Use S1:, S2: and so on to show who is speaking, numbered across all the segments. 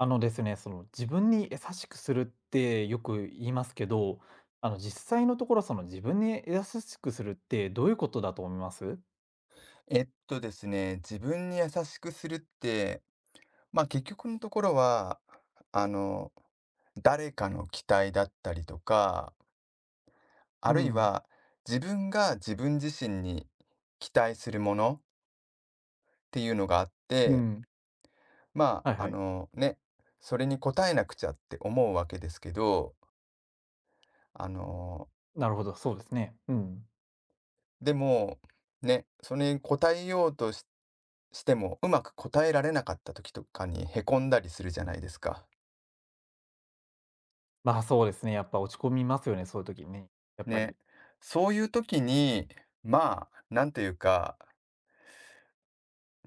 S1: あのですね、その自分に優しくするってよく言いますけど、実際のところその自分に優しくするってどういうことだと思います？
S2: えっとですね、自分に優しくするって、まあ結局のところは、あの、誰かの期待だったりとか、あ
S1: う
S2: るい
S1: ん。
S2: は自分が自分自身に期待するものっていうのがあっ
S1: う
S2: て、
S1: ん。
S2: ま
S1: はい
S2: あ、あ
S1: はい。
S2: のね、それに応えなくちゃって思うわけですけど、あの、
S1: なるほど、そうですね。うん。
S2: でも、ね、それに応えようとし、してもうまく応えられなかった時とかにへこんだりするじゃないですか。
S1: まあ、そうですね、やっぱ落ち込みますよね、そういう時にね、やっぱ
S2: ね、
S1: り。
S2: そういう時に、まあ、なんというか、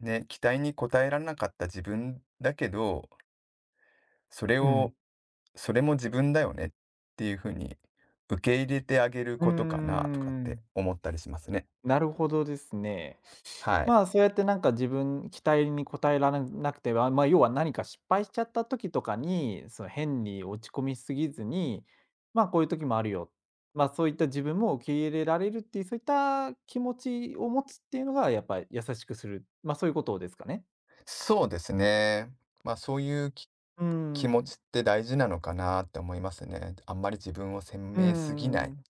S2: ね、期待に応えられなかった自分だけど、それ
S1: うん。
S2: をそれも自分だよねっていう風に受け入れてあげる
S1: うー
S2: ことかなとかって
S1: ん。
S2: 思ったりしますね。
S1: なるほどですね。
S2: はい。
S1: まあ、そうやってなんか自分期待に応えられなくては、まあ要は何か失敗しちゃった時とかに、その変に落ち込みすぎずに、まあ、こういう時もあるよ。まあ、そういった自分も受け入れられるっていう、そういった気持ちを持つっていうのがやっぱり優しくする、そういうことですかね？
S2: そうですね。まあ、そういう
S1: う
S2: 気持
S1: ん。
S2: ちって大事なのかなって思いますね。あんまり自分を責
S1: う
S2: めすぎない。
S1: ん。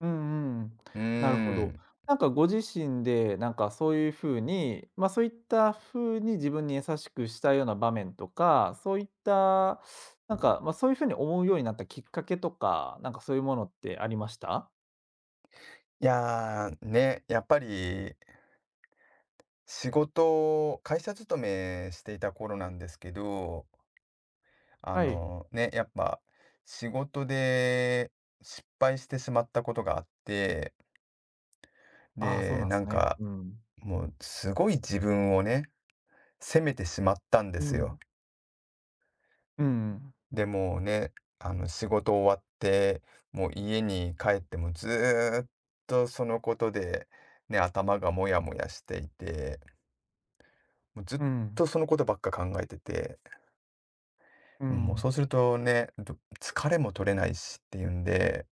S1: うんうん。
S2: うー
S1: なるほど。
S2: ん。
S1: なんかご自身で、なんかそういう風に、そういった風に自分に優しくしたような場面とか、そういった、なんか、そういう風に思うようになったきっかけとか、なんかそういうものってありました？
S2: いやー、ね、やっぱり仕事を、会社勤めしていた頃なんですけど、あ
S1: はい。
S2: のね、やっぱ仕事で失敗してしまったことがあって、
S1: ああ、そう
S2: で、
S1: なんで
S2: な
S1: す
S2: ん
S1: ね。
S2: か
S1: うん。
S2: もうすごい自分をね、責めてしまったんで
S1: う
S2: すよ。
S1: ん。うん。
S2: で、もうね、あの仕事終わって、もう家に帰ってもずーっとそのことで、ね、頭がモヤモヤしていて、もうずっ
S1: うん。
S2: とそのことばっか考えてて、
S1: う
S2: うん、もうそ
S1: ん。
S2: うするとね、疲れも取れないしっていうんで、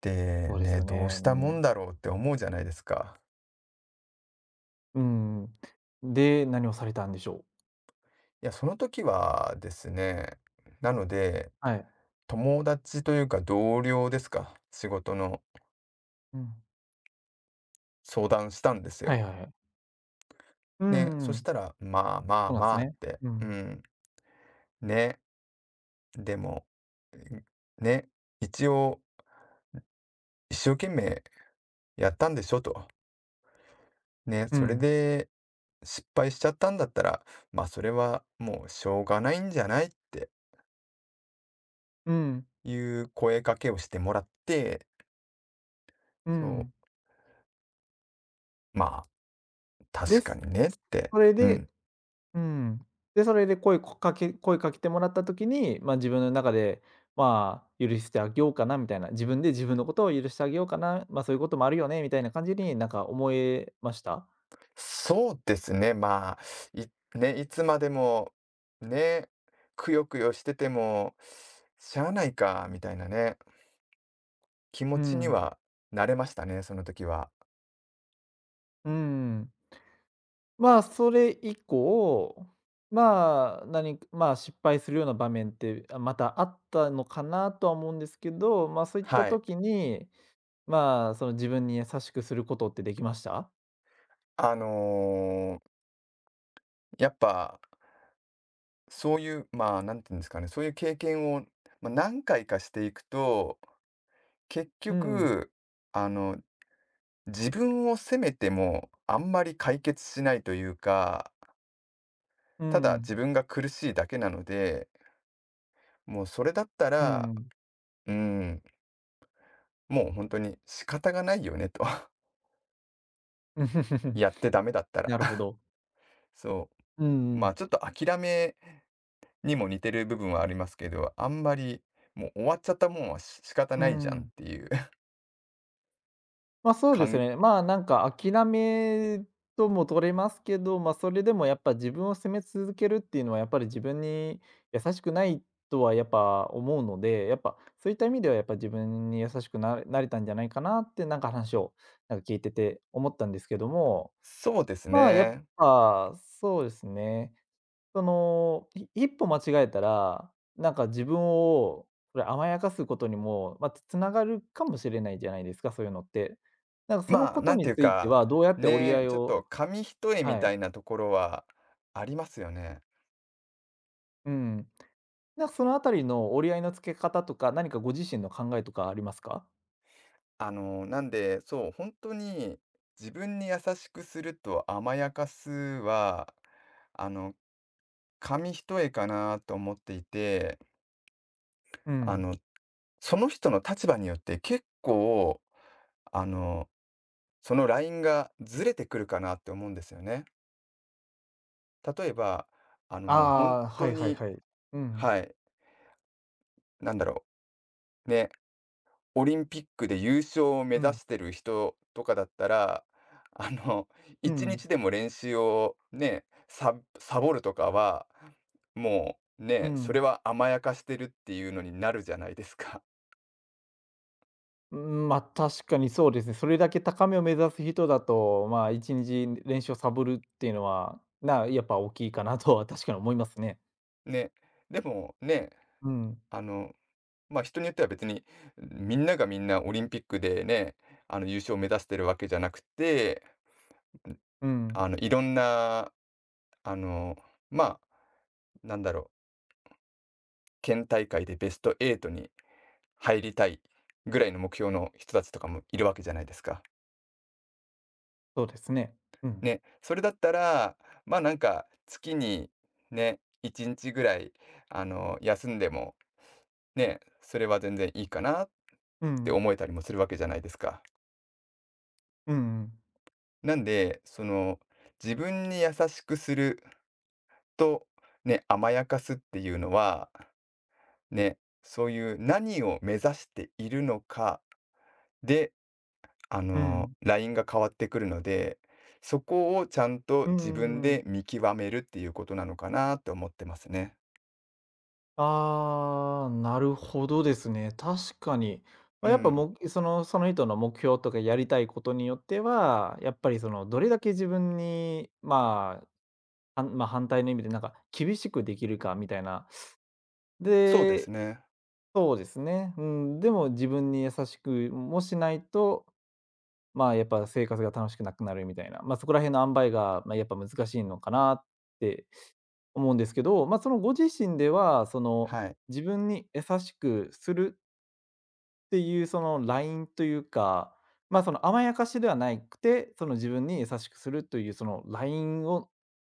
S2: で、
S1: そうです
S2: ね、
S1: よ
S2: どう
S1: ね。
S2: し
S1: う
S2: たもん
S1: ん。
S2: だろうって思うじゃないですか。
S1: うん。で、何をされたんでしょう？
S2: いや、その時はですね、なので、
S1: はい。
S2: 友達というか同僚ですか、仕事の
S1: うん。
S2: 相談したんです
S1: は
S2: よ。
S1: いはいはい。う
S2: ね、そし
S1: ん
S2: たら、まあま
S1: そ
S2: あ
S1: うなんで
S2: ま
S1: す
S2: あっ
S1: ね。
S2: て、
S1: う
S2: う
S1: ん。
S2: ん、ね、でも、んね、一応一生懸命やったんでしょと。ね、
S1: う
S2: それ
S1: ん。
S2: で失敗しちゃったんだったら、まあ、それはもうしょうがないんじゃないって
S1: うん。
S2: いう声かけをしてもらって、
S1: う
S2: そ
S1: ん。
S2: う、まあ、
S1: で
S2: 確か
S1: す。
S2: にねって、
S1: それ
S2: う
S1: で
S2: ん。
S1: うん。で、それで声かけてもらった時に、まあ、自分の中で、まあ、許してあげようかなみたいな、自分で自分のことを許してあげようかな、まあ、そういうこともあるよねみたいな感じになんか思えました？
S2: そうですね、まあ、ね、いつまでも、ね、くよくよしてても、しゃあないか、みたいなね、気持
S1: う
S2: ちに
S1: ん。
S2: はなれましたね、その時は。
S1: うん。まあ、それ以降、まあ、何かまあ、失敗するような場面って、あ、またあったのかなとは思うんですけど、まあ、そういった
S2: はい。
S1: 時に、まあ、その自分に優しくすることってできました？
S2: あのーやっぱ、そういう、まあ、なんていうんですかね、そういう経験を、まあ、何回かしていくと、結
S1: うん。
S2: 局、あの、自分を責めてもあんまり解決しないというか、
S1: う
S2: ただ自
S1: ん、
S2: 分が苦しいだけなので、もうそれだった
S1: う
S2: ら、
S1: ん。
S2: うん、もう本当に仕方がないよねと、やってダメだった
S1: な
S2: ら。
S1: るほ ど。
S2: そ
S1: う
S2: う、
S1: んう
S2: まあ、
S1: ん。
S2: ちょっと諦めにも似てる部分はありますけど、あんまり、もう終わっちゃったもんはし仕方
S1: う
S2: ないじゃんっ
S1: ん
S2: ていう
S1: ま、そうです
S2: 感
S1: ね。まあ、なんか諦めとも取れますけど、ま、それでもやっぱ自分を責め続けるっていうのはやっぱり自分に優しくないとはやっぱ思うので、やっぱそういった意味ではやっぱ自分に優しくなれたんじゃないかなってなんか話を聞いてて思ったんですけども、
S2: そうです
S1: まあ、やっ
S2: ね。
S1: ぱそうですね。その、一歩間違えたら、なんか自分を、それ甘やかすことにも、ま、つながるかもしれないじゃないですか、そういうのって。なんかその
S2: まあ、
S1: こと
S2: なんて
S1: に
S2: いう
S1: ついて
S2: か、
S1: は、どうやって折り合
S2: ね、
S1: い
S2: ちょっ
S1: を
S2: と紙一重
S1: は
S2: みた
S1: い、
S2: いなところはありますよね。
S1: うん。なんかそのあたりの折り合いのつけ方とか、何かご自身の考えとかありますか？
S2: なんで、そう、本当に自分に優しくすると甘やかすは、あの、紙一重かなと思っていて、
S1: う
S2: あ
S1: ん。
S2: の、その人の立場によって結構、あの、そのラインがずれてくるかなって思うんですよね。例えば、
S1: あ
S2: もう本
S1: あ、は
S2: 当
S1: いはい
S2: に、
S1: はい。うん。
S2: はい、なんだろう、ね、オリンピックで優勝を目
S1: う
S2: 指
S1: ん。
S2: してる人とかだったら、あの、
S1: う
S2: 一
S1: ん。
S2: 日でも練習をね、サボるとかは、もう
S1: う
S2: ね、それ
S1: ん。
S2: は甘やかしてるっていうのになるじゃないですか。
S1: うあん、ま、確かにそうですね。それだけ高めを目指す人だと、まあ、1日練習をサボるっていうのは、やっぱ大きいかなとは確かに思いますね。
S2: ね。でもね、
S1: うん、
S2: あの、ま、人によっては別に、みんながみんなオリンピックでね、優勝を目指してるわけじゃなくて、
S1: うん、
S2: いろんな、あの、まあ、なんだろう、県大会でベスト8に入りたいぐらいの目標の人たちとかもいるわけじゃないですか。
S1: そうですね。うん、
S2: ね、それだったら、まあ、なんか月にね、1日ぐらい、休んでもね、それは全然いいかなっ
S1: う
S2: て
S1: ん、
S2: 思えたりもするわけじゃないですか。
S1: うん、
S2: なんで、その、自分に優しくすると、ね、甘やかすっていうのは、ね、そういう何を目指しているのかで、
S1: うん、うん、
S2: ラインが変わってくるので、そこをちゃんと自分
S1: ー
S2: で見極めるっていうことなのかなって思ってますね。
S1: ああ、なるほどですね。確かに。
S2: う
S1: ま、やっぱ、
S2: ん、
S1: もうその人の目標とかやりたいことによっては、やっぱりそのどれだけ自分に、まあ、反対の意味でなんか厳しくできるかみたいな
S2: そうです
S1: で、
S2: ね。
S1: そうですね。うん、でも自分に優しくもしないと、まあ、やっぱ生活が楽しくなくなるみたいな、まあ、そこら辺の塩梅が、まあ、やっぱ難しいのかなって思うんですけど、まあ、そのご自身では、その、
S2: はい。
S1: 自分に優しくするっていうそのラインというか、まあ、その甘やかしではないくて、その自分に優しくするというそのラインを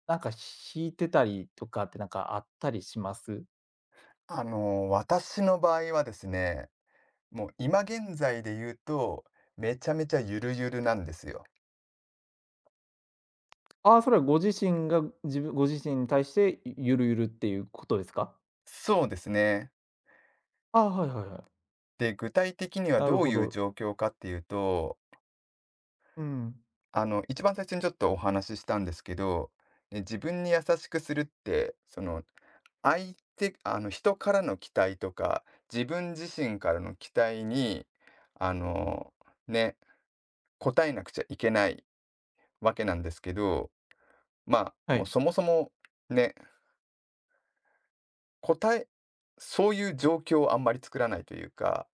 S1: なんか引いてたりとかってなんかあったりします？
S2: 私の場合はですね、もう今現在で言うと、めちゃめちゃゆるゆるなんですよ。
S1: ああ、それはご自身が、ご自身に対して、ゆるゆるっていうことですか？
S2: そうですね。
S1: ああ、はいはいはい。
S2: で、具体的には
S1: なる
S2: どう
S1: ほ
S2: いう
S1: ど。
S2: 状況かっていうと、
S1: うん。
S2: 一番最初にちょっとお話ししたんですけど、ね、自分に優しくするって、その、相手あの、人からの期待とか、自分自身からの期待に、あの、ね、応えなくちゃいけないわけなんですけど、まあ、
S1: は
S2: もう
S1: い。
S2: そもそもね、答えそういう状況をあんまり作らないというか、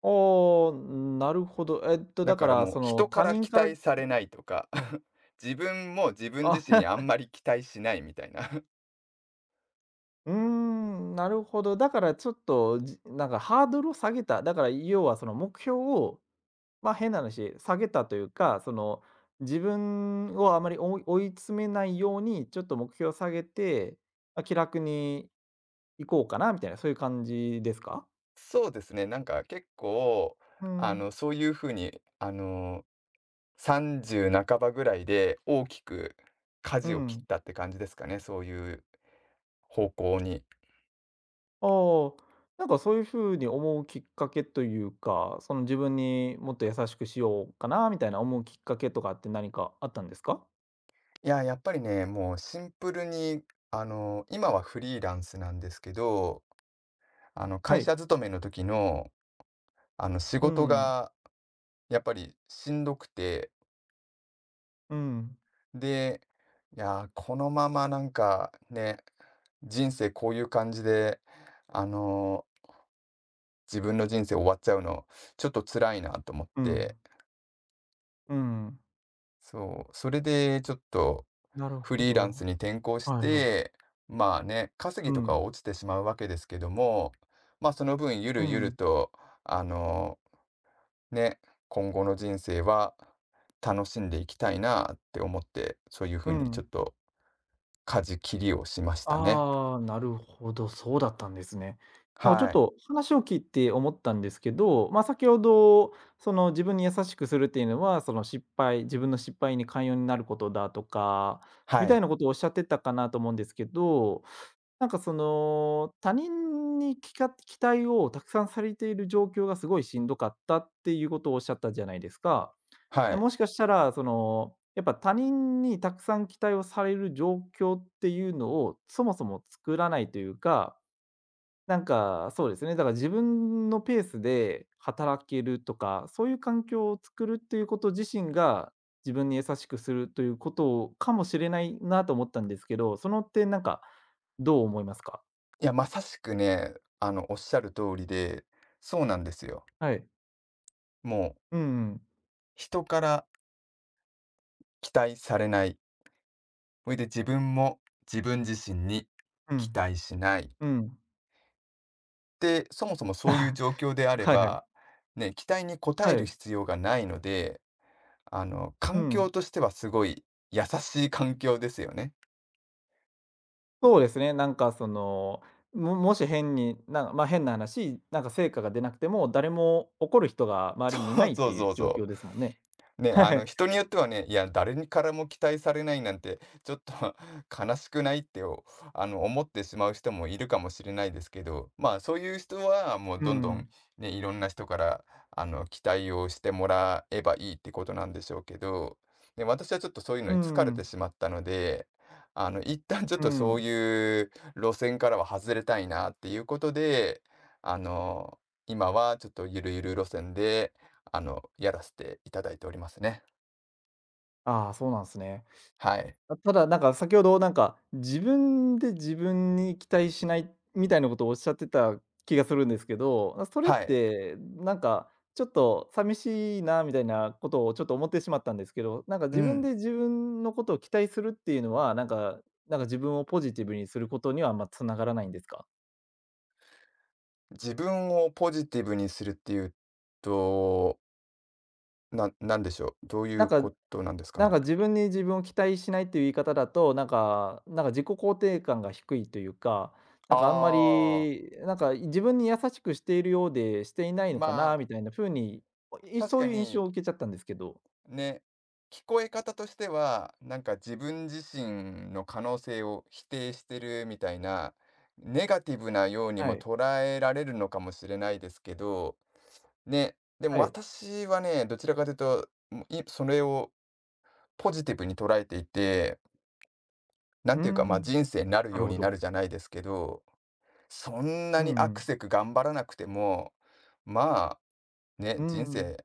S1: ああ、なるほど。えっと、
S2: だ
S1: だ
S2: か
S1: か
S2: ら
S1: ら、
S2: もう
S1: その、
S2: 人か
S1: 他
S2: ら
S1: 人
S2: 期
S1: から
S2: 待されないとか、
S1: はい。
S2: 自分も自分 自身に
S1: あ、
S2: あんまり期待しないみたいな。
S1: うーん、なるほど。だからちょっと、なんかハードルを下げた、だから要はその目標を、ま、変な話、下げたというか、その、自分をあまり追い詰めないように、ちょっと目標を下げて、まあ、気楽に行こうかなみたいな、そういう感じですか？
S2: そうですね、なんか結構、
S1: うん。
S2: そういう風に、30半ばぐらいで大きく
S1: う
S2: 舵を切っ
S1: ん。
S2: たって感じですかね、そういう方向に。
S1: ああ、なんかそういう風に思うきっかけというか、その自分にもっと優しくしようかなみたいな思うきっかけとかって何かあったんですか？
S2: いや、やっぱりね、もうシンプルに、今はフリーランスなんですけど、
S1: は
S2: 会
S1: い。
S2: 社勤めの時の、仕
S1: う
S2: 事
S1: ん、
S2: がやっぱりしんどくて、
S1: うん、
S2: で、いや、このままなんかね、人生こういう感じで、あの自分の人生終わっちゃうの、ちょっと辛いなと思っ
S1: う
S2: て、
S1: ん、うん。
S2: そう、それでちょっと
S1: なる
S2: フ
S1: ほ
S2: リーラン
S1: ど。
S2: スに転向し
S1: はいはい。
S2: て、まあね、稼ぎ
S1: う
S2: とかは
S1: ん、
S2: 落ちてしまうわけですけども、まあその分ゆ
S1: う
S2: るゆる
S1: ん、
S2: と、あの、ね、今後の人生は楽しんでいきたいなって思って、そういうふ
S1: う
S2: うにちょっ
S1: ん。
S2: と舵切りをしましたね。
S1: ああ、なるほど、そうだったんですね。なんかちょ
S2: は
S1: っ
S2: い。
S1: と話を聞いて思ったんですけど、まあ、先ほどその自分に優しくするっていうのは、その自分の失敗に寛容になることだとか、み
S2: は
S1: たい
S2: い。
S1: なことをおっしゃってたかなと思うんですけど、なんかその、他人に期待をたくさんされている状況がすごいしんどかったっていうことをおっしゃったじゃないですか。
S2: はい。
S1: もしかしたら、その、やっぱ他人にたくさん期待をされる状況っていうのを、そもそも作らないというか、なんか、そうですね、だから自分のペースで働けるとか、そういう環境を作るっていうこと自身が、自分に優しくするということかもしれないなと思ったんですけど、その点なんか、どう思いますか？
S2: いや、まさしくね、おっしゃる通りで、そうなんですよ。
S1: はい。
S2: もう
S1: うんうん。
S2: 人から期待されない。それで自分も自分自身に
S1: う
S2: 期
S1: ん。
S2: 待しない。
S1: うん。
S2: で、そもそもそういう 状況であれ
S1: はいはい。
S2: ば、ね、期待に応え
S1: は
S2: る
S1: い。
S2: 必要がないので、
S1: う
S2: 環境
S1: ん。
S2: としてはすごい優しい環境ですよね。
S1: そうですね、なんかその、もし変に、まあ、変な話、なんか成果が出なくても、誰も怒る人が 周りにい
S2: そ
S1: な
S2: う
S1: いっ
S2: そ
S1: て
S2: う
S1: い
S2: そ
S1: う
S2: う
S1: 状
S2: そ
S1: 況
S2: う。
S1: ですもんね。
S2: ね、
S1: はい。
S2: 人によってはね、いや、誰にからも期待されないなんて、ちょっと 悲しくないって、おあの、思ってしまう人もいるかもしれないですけど、まあ、そういう人は、もう
S1: う
S2: どんどん、
S1: ん。
S2: ね、いろんな人から、期待をしてもらえばいいってことなんでしょうけど、で、私はちょっとそういうの
S1: う
S2: に疲れて
S1: ん。
S2: しまったので、一旦ちょっ
S1: う
S2: とそう
S1: ん。
S2: いう路線からは外れたいなっていうことで、あの、今はちょっとゆるゆる路線で、やらせていただいておりますね。
S1: ああ、そうなんですね。
S2: はい。
S1: あ、ただ、なんか、先ほど、なんか、自分で自分に期待しないみたいなことをおっしゃってた気がするんですけど、あ、それっ
S2: はい。
S1: て、なんか、ちょっと寂しいなみたいなことをちょっと思ってしまったんですけど、なんか
S2: う
S1: 自分
S2: ん。
S1: で自分のことを期待するっていうのは、なんか自分をポジティブにすることには、あんまつながらないんですか？
S2: 自分をポジティブにするっていうと、なんでしょう、どうい
S1: なん
S2: う
S1: か
S2: ことなんですかね？
S1: 自分に自分を期待しないっていう言い方だと、なんか自己肯定感が低いというか、なんかあんま
S2: ああ、
S1: り、なんか自分に優しくしているようで、していないのか
S2: ま
S1: な
S2: あ、
S1: みたいな風に、
S2: 確
S1: そう
S2: か
S1: いう印象
S2: に、
S1: を受けちゃったんですけど。
S2: ね、聞こえ方としては、なんか自分自身の可能性を否定してるみたいな、ネガティブなように
S1: は
S2: も
S1: い。
S2: 捉えられるのかもしれないですけど、ね、で
S1: は
S2: も
S1: い。
S2: 私はね、どちらかというと、それをポジティブに捉えていて、なん
S1: うー
S2: ていうか、ま、
S1: ん。
S2: 人生になる
S1: な
S2: よ
S1: る
S2: う
S1: ほ
S2: にな
S1: ど。
S2: るじゃないですけど、そんな
S1: うん
S2: に
S1: う
S2: アク
S1: ん。
S2: せく頑張らなくても、まあ、
S1: う
S2: ね、
S1: ー
S2: 人
S1: ん。
S2: 生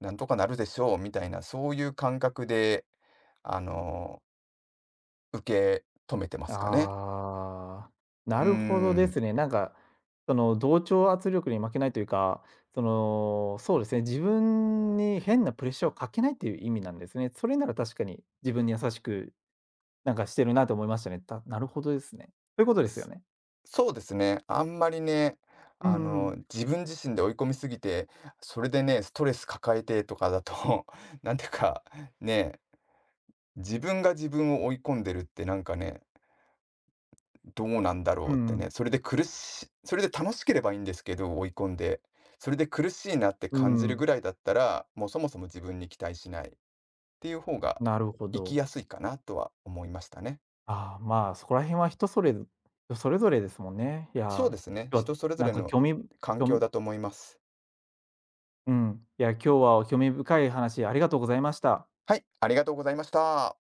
S2: なんとかなるでしょうみたいな、そういう感覚で、あの、受け止めてますかね。
S1: ああ、
S2: う
S1: な
S2: ー
S1: るほどで
S2: ん、
S1: すね。なんか、その同調圧力に負けないというか、その、そうですね、自分に変なプレッシャーをかけないっていう意味なんですね。それなら確かに自分に優しく、なんかしてるなと思いましたね。なるほどですね。そういうことですよね。
S2: そうですね、あんまりね、
S1: うんうんうん。
S2: 自分自身で追い込みすぎて、それでね、ストレス抱えてとかだと、なんていうか、ね、自分が自分を追い込んでるってなんかね、どうなんだろ
S1: う
S2: うってね、
S1: ん。
S2: それで楽しければいいんですけど、追い込んで、それで苦しいなって感じるぐらいだったら、もうそもそも自分に期待しないっていう方が
S1: なるほ
S2: 生き
S1: ど。
S2: やすいかなとは思いましたね。
S1: ああ、まあ、そこら辺は人それぞれですもんね。いや
S2: そう
S1: ー、
S2: ですね、
S1: 今日は
S2: 人それぞ
S1: な
S2: れ
S1: んか
S2: の環
S1: 興
S2: 境
S1: 味
S2: だと思います。
S1: うん。いや、今日は興味深い話ありがとうございました。
S2: はい、ありがとうございました。